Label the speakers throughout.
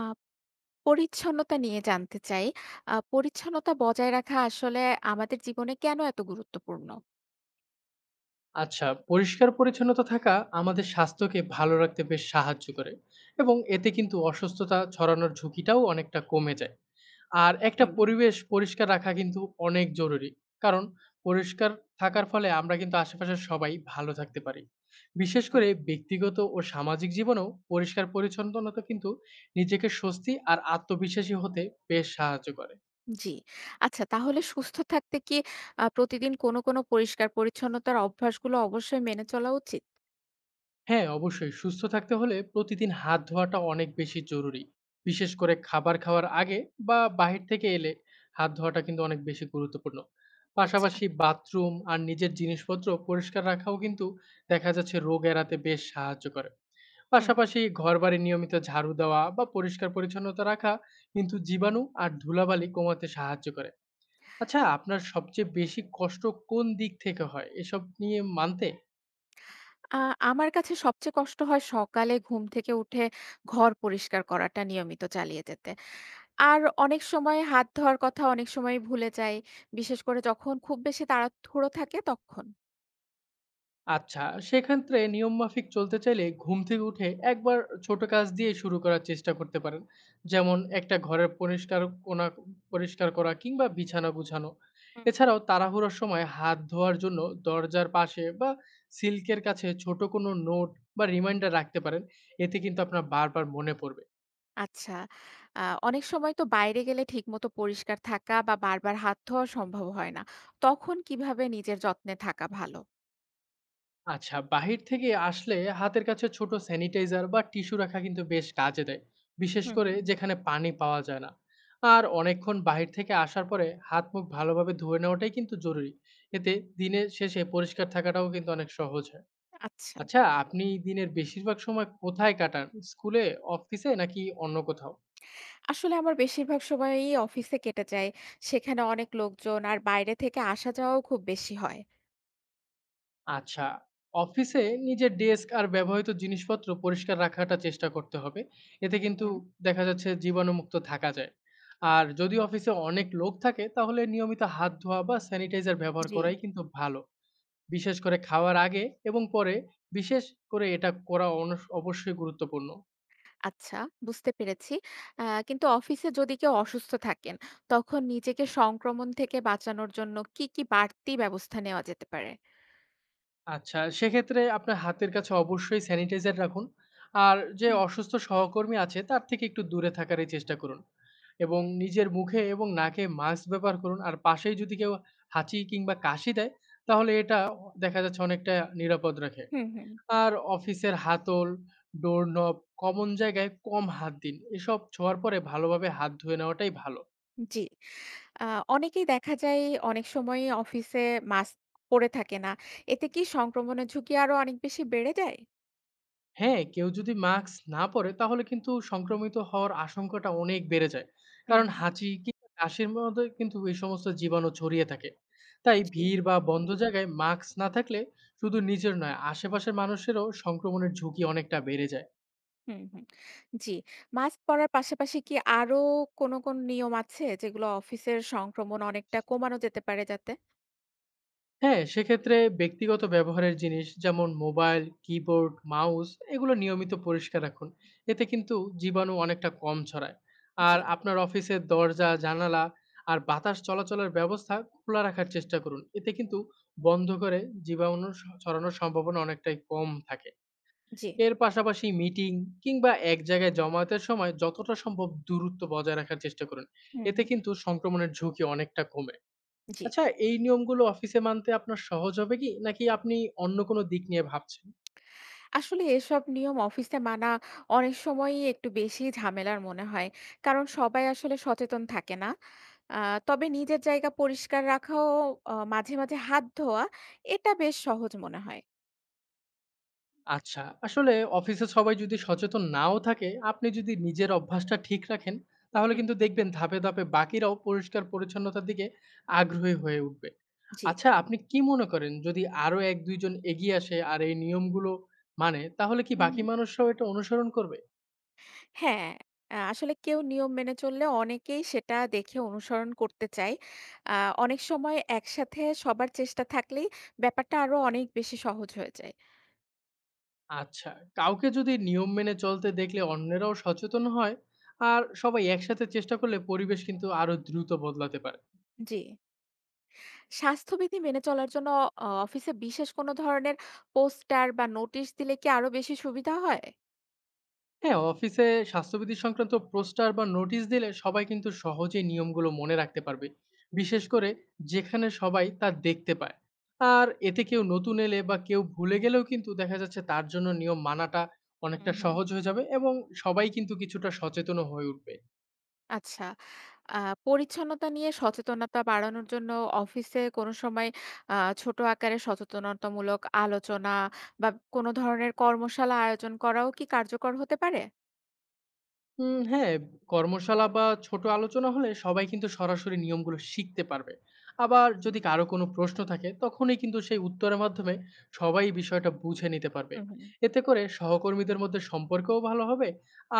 Speaker 1: আ পরিচ্ছন্নতা নিয়ে জানতে চাই। পরিচ্ছন্নতা বজায় রাখা আসলে আমাদের জীবনে কেন এত গুরুত্বপূর্ণ?
Speaker 2: আচ্ছা, পরিষ্কার পরিচ্ছন্নতা থাকা আমাদের স্বাস্থ্যকে ভালো রাখতে বেশ সাহায্য করে এবং এতে কিন্তু অসুস্থতা ছড়ানোর ঝুঁকিটাও অনেকটা কমে যায়। আর একটা
Speaker 1: হুম,
Speaker 2: পরিবেশ পরিষ্কার রাখা কিন্তু অনেক জরুরি, কারণ পরিষ্কার থাকার ফলে আমরা কিন্তু আশেপাশের সবাই ভালো থাকতে পারি, বিশেষ
Speaker 1: হুম।
Speaker 2: করে ব্যক্তিগত ও সামাজিক জীবনেও। পরিষ্কার পরিচ্ছন্নতা কিন্তু নিজেকে স্বস্তি আর আত্মবিশ্বাসী হতে বেশ সাহায্য করে।
Speaker 1: জি। আচ্ছা তাহলে সুস্থ থাকতে কি প্রতিদিন কোনো পরিষ্কার পরিচ্ছন্নতার অভ্যাসগুলো অবশ্যই মেনে চলা উচিত?
Speaker 2: হ্যাঁ, অবশ্যই সুস্থ থাকতে হলে প্রতিদিন হাত ধোয়াটা অনেক বেশি জরুরি। বিশেষ করে খাবার খাওয়ার আগে বা বাহির থেকে এলে হাত ধোয়াটা কিন্তু অনেক বেশি গুরুত্বপূর্ণ।
Speaker 1: আচ্ছা,
Speaker 2: পাশাপাশি বাথরুম আর নিজের জিনিসপত্র পরিষ্কার রাখাও কিন্তু দেখা যাচ্ছে রোগ এড়াতে বেশ সাহায্য করে।
Speaker 1: হুম।
Speaker 2: পাশাপাশি ঘরবাড়ি নিয়মিত ঝাড়ু দেওয়া বা পরিষ্কার পরিচ্ছন্নতা রাখা কিন্তু জীবাণু আর ধুলাবালি কমাতে সাহায্য করে। আচ্ছা, আপনার সবচেয়ে বেশি কষ্ট কোন দিক থেকে হয় এসব নিয়ে মানতে?
Speaker 1: আ আমার কাছে সবচেয়ে কষ্ট হয় সকালে ঘুম থেকে উঠে ঘর পরিষ্কার করাটা নিয়মিত চালিয়ে যেতে। আর অনেক সময় হাত ধোয়ার কথা অনেক সময়ই ভুলে যাই। বিশেষ করে যখন খুব বেশি তাড়াহুড়ো থাকে তখন।
Speaker 2: আচ্ছা, সেক্ষেত্রে নিয়মমাফিক চলতে চাইলে ঘুম থেকে উঠে একবার ছোট কাজ দিয়ে শুরু করার চেষ্টা করতে পারেন। যেমন একটা ঘরের পরিষ্কার কোনা পরিষ্কার করা কিংবা বিছানা গুছানো।
Speaker 1: হুম।
Speaker 2: এছাড়াও তাড়াহুড়োর সময় হাত ধোয়ার জন্য দরজার পাশে বা সিল্কের কাছে ছোট কোনো নোট বা রিমাইন্ডার রাখতে পারেন। এতে কিন্তু আপনার বারবার মনে পড়বে।
Speaker 1: আচ্ছা। আ অনেক সময় তো বাইরে গেলে ঠিকমতো পরিষ্কার থাকা বা বারবার হাত ধোয়া সম্ভব হয় না। তখন কিভাবে নিজের যত্নে থাকা ভালো?
Speaker 2: আচ্ছা, বাহির থেকে আসলে হাতের কাছে ছোট স্যানিটাইজার বা টিস্যু রাখা কিন্তু বেশ কাজে দেয়, বিশেষ
Speaker 1: হুম,
Speaker 2: করে
Speaker 1: হুম।
Speaker 2: যেখানে পানি পাওয়া যায় না। আর অনেকক্ষণ বাহির থেকে আসার পরে হাত মুখ ভালোভাবে ধুয়ে নেওয়াটাই কিন্তু জরুরি। এতে দিনের শেষে পরিষ্কার থাকাটাও কিন্তু অনেক সহজ হয়।
Speaker 1: আচ্ছা।
Speaker 2: আচ্ছা, আপনি দিনের বেশিরভাগ সময় কোথায় কাটান? স্কুলে, অফিসে নাকি অন্য কোথাও?
Speaker 1: আসলে আমার বেশিরভাগ সময়ই অফিসে কেটে যায়। সেখানে অনেক লোকজন আর বাইরে থেকে আসা যাওয়াও খুব বেশি হয়।
Speaker 2: আচ্ছা, অফিসে নিজের ডেস্ক আর ব্যবহৃত জিনিসপত্র পরিষ্কার রাখাটা চেষ্টা করতে হবে। এতে কিন্তু
Speaker 1: হুম,
Speaker 2: দেখা যাচ্ছে জীবাণুমুক্ত থাকা যায়। আর যদি অফিসে অনেক লোক থাকে তাহলে নিয়মিত হাত ধোয়া বা স্যানিটাইজার ব্যবহার
Speaker 1: জি।
Speaker 2: করাই কিন্তু ভালো। বিশেষ করে খাওয়ার আগে এবং পরে বিশেষ করে এটা করা অনস অবশ্যই গুরুত্বপূর্ণ।
Speaker 1: আচ্ছা, বুঝতে পেরেছি। কিন্তু অফিসে যদি কেউ অসুস্থ থাকেন, তখন নিজেকে সংক্রমণ থেকে বাঁচানোর জন্য কি বাড়তি ব্যবস্থা নেওয়া যেতে পারে?
Speaker 2: আচ্ছা, সেক্ষেত্রে আপনার হাতের কাছে অবশ্যই স্যানিটাইজার রাখুন। আর যে
Speaker 1: হুম,
Speaker 2: অসুস্থ সহকর্মী আছে তার থেকে একটু দূরে থাকারই চেষ্টা করুন। এবং নিজের মুখে এবং নাকে মাস্ক ব্যবহার করুন। আর পাশেই যদি কেউ হাঁচি কিংবা কাশি দেয় তাহলে এটা দেখা যাচ্ছে অনেকটা নিরাপদ রাখে।
Speaker 1: হুম, হুম।
Speaker 2: আর অফিসের হাতল, ডোরনব, কমন জায়গায় কম হাত দিন। এসব ছোঁয়ার পরে ভালোভাবে হাত ধুয়ে নেওয়াটাই ভালো।
Speaker 1: জি। আ অনেকেই দেখা যায় অনেক সময়ই অফিসে মাস্ক পরে থাকে না। এতে কি সংক্রমণের ঝুঁকি আরো অনেক বেশি বেড়ে যায়?
Speaker 2: হ্যাঁ, কেউ যদি মাস্ক না পরে তাহলে কিন্তু সংক্রমিত হওয়ার আশঙ্কাটা অনেক বেড়ে যায়।
Speaker 1: হুম।
Speaker 2: কারণ হাঁচি কিংবা কাশির মধ্যে কিন্তু এই সমস্ত জীবাণু ছড়িয়ে থাকে। তাই
Speaker 1: জি।
Speaker 2: ভিড় বা বন্ধ জায়গায় মাস্ক না থাকলে শুধু নিজের নয়, আশেপাশের মানুষেরও সংক্রমণের ঝুঁকি অনেকটা বেড়ে যায়।
Speaker 1: হুম, হুম। জি। মাস্ক পরার পাশাপাশি কি আরো কোন নিয়ম আছে যেগুলো অফিসের সংক্রমণ অনেকটা কমানো যেতে পারে যাতে?
Speaker 2: হ্যাঁ, সেক্ষেত্রে ব্যক্তিগত ব্যবহারের জিনিস যেমন মোবাইল, কিবোর্ড, মাউস এগুলো নিয়মিত পরিষ্কার রাখুন। এতে কিন্তু জীবাণু অনেকটা কম ছড়ায়।
Speaker 1: জি,
Speaker 2: আর আপনার অফিসের দরজা, জানালা আর বাতাস চলাচলের ব্যবস্থা খোলা রাখার চেষ্টা করুন। এতে কিন্তু বন্ধ করে জীবাণু স ছড়ানোর সম্ভাবনা অনেকটাই কম থাকে।
Speaker 1: জি।
Speaker 2: এর পাশাপাশি মিটিং কিংবা এক জায়গায় জমায়েতের সময় যতটা সম্ভব দূরত্ব বজায় রাখার চেষ্টা করুন।
Speaker 1: হুম,
Speaker 2: এতে
Speaker 1: হুম।
Speaker 2: কিন্তু সংক্রমণের ঝুঁকি অনেকটা কমে।
Speaker 1: জি।
Speaker 2: আচ্ছা, এই নিয়মগুলো অফিসে মানতে আপনার সহজ হবে কি? নাকি আপনি অন্য কোনো দিক নিয়ে ভাবছেন?
Speaker 1: আসলে এসব নিয়ম অফিসে মানা অনেক সময়ই একটু বেশি ঝামেলার মনে হয়। কারণ সবাই আসলে সচেতন থাকে না। তবে নিজের জায়গা পরিষ্কার রাখাও, মাঝে মাঝে হাত ধোয়া, এটা বেশ সহজ মনে হয়।
Speaker 2: আচ্ছা, আসলে অফিসে সবাই যদি সচেতন নাও থাকে, আপনি যদি নিজের অভ্যাসটা ঠিক রাখেন, তাহলে
Speaker 1: হুম।
Speaker 2: কিন্তু দেখবেন ধাপে ধাপে বাকিরাও পরিষ্কার পরিচ্ছন্নতার দিকে আগ্রহী হয়ে উঠবে।
Speaker 1: জি।
Speaker 2: আচ্ছা, আপনি কি মনে করেন যদি আরো ১-২ জন এগিয়ে আসে আর এই নিয়মগুলো মানে, তাহলে কি
Speaker 1: হুম,
Speaker 2: বাকি
Speaker 1: হুম।
Speaker 2: মানুষরাও এটা অনুসরণ করবে?
Speaker 1: হ্যাঁ, আসলে কেউ নিয়ম মেনে চললে অনেকেই সেটা দেখে অনুসরণ করতে চায়। অনেক সময় একসাথে সবার চেষ্টা থাকলেই ব্যাপারটা আরো অনেক বেশি সহজ হয়ে যায়।
Speaker 2: আচ্ছা, কাউকে যদি নিয়ম মেনে চলতে দেখলে অন্যেরাও সচেতন হয় আর সবাই একসাথে চেষ্টা করলে পরিবেশ কিন্তু আরো দ্রুত বদলাতে পারে।
Speaker 1: জি। স্বাস্থ্যবিধি মেনে চলার জন্য অফিসে বিশেষ কোনো ধরনের পোস্টার বা নোটিশ দিলে কি আরো বেশি সুবিধা হয়?
Speaker 2: হ্যাঁ, অফিসে স্বাস্থ্যবিধি সংক্রান্ত পোস্টার বা নোটিশ দিলে সবাই কিন্তু সহজে নিয়মগুলো মনে রাখতে পারবে, বিশেষ করে যেখানে সবাই তা দেখতে পায়। আর এতে কেউ নতুন এলে বা কেউ ভুলে গেলেও কিন্তু দেখা যাচ্ছে তার জন্য নিয়ম মানাটা
Speaker 1: হুম,
Speaker 2: অনেকটা
Speaker 1: হুম।
Speaker 2: সহজ হয়ে যাবে এবং সবাই কিন্তু কিছুটা সচেতন হয়ে উঠবে।
Speaker 1: আচ্ছা। আ পরিচ্ছন্নতা নিয়ে সচেতনতা বাড়ানোর জন্য অফিসে কোনো সময় আ ছোট আকারে সচেতনতামূলক আলোচনা বা কোনো ধরনের কর্মশালা আয়োজন করাও কি কার্যকর হতে পারে?
Speaker 2: হ্যাঁ, কর্মশালা বা ছোট আলোচনা হলে সবাই কিন্তু সরাসরি নিয়মগুলো শিখতে পারবে। আবার যদি কারো কোনো প্রশ্ন থাকে, তখনই কিন্তু সেই উত্তরের মাধ্যমে সবাই এই বিষয়টা বুঝে নিতে পারবে।
Speaker 1: হুম, হুম।
Speaker 2: এতে করে সহকর্মীদের মধ্যে সম্পর্কও ভালো হবে,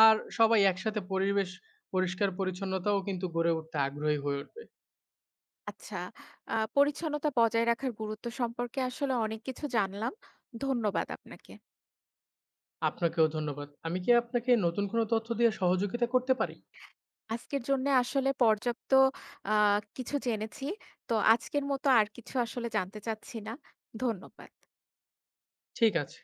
Speaker 2: আর সবাই একসাথে পরিবেশ পরিষ্কার পরিচ্ছন্নতাও কিন্তু গড়ে উঠতে আগ্রহী হয়ে উঠবে।
Speaker 1: আচ্ছা। পরিচ্ছন্নতা বজায় রাখার গুরুত্ব সম্পর্কে আসলে অনেক কিছু জানলাম। ধন্যবাদ আপনাকে।
Speaker 2: আপনাকেও ধন্যবাদ। আমি কি আপনাকে নতুন কোনো তথ্য দিয়ে সহযোগিতা করতে পারি?
Speaker 1: আজকের জন্যে আসলে পর্যাপ্ত আ কিছু জেনেছি। তো আজকের মতো আর কিছু আসলে জানতে চাচ্ছি না। ধন্যবাদ।
Speaker 2: ঠিক আছে।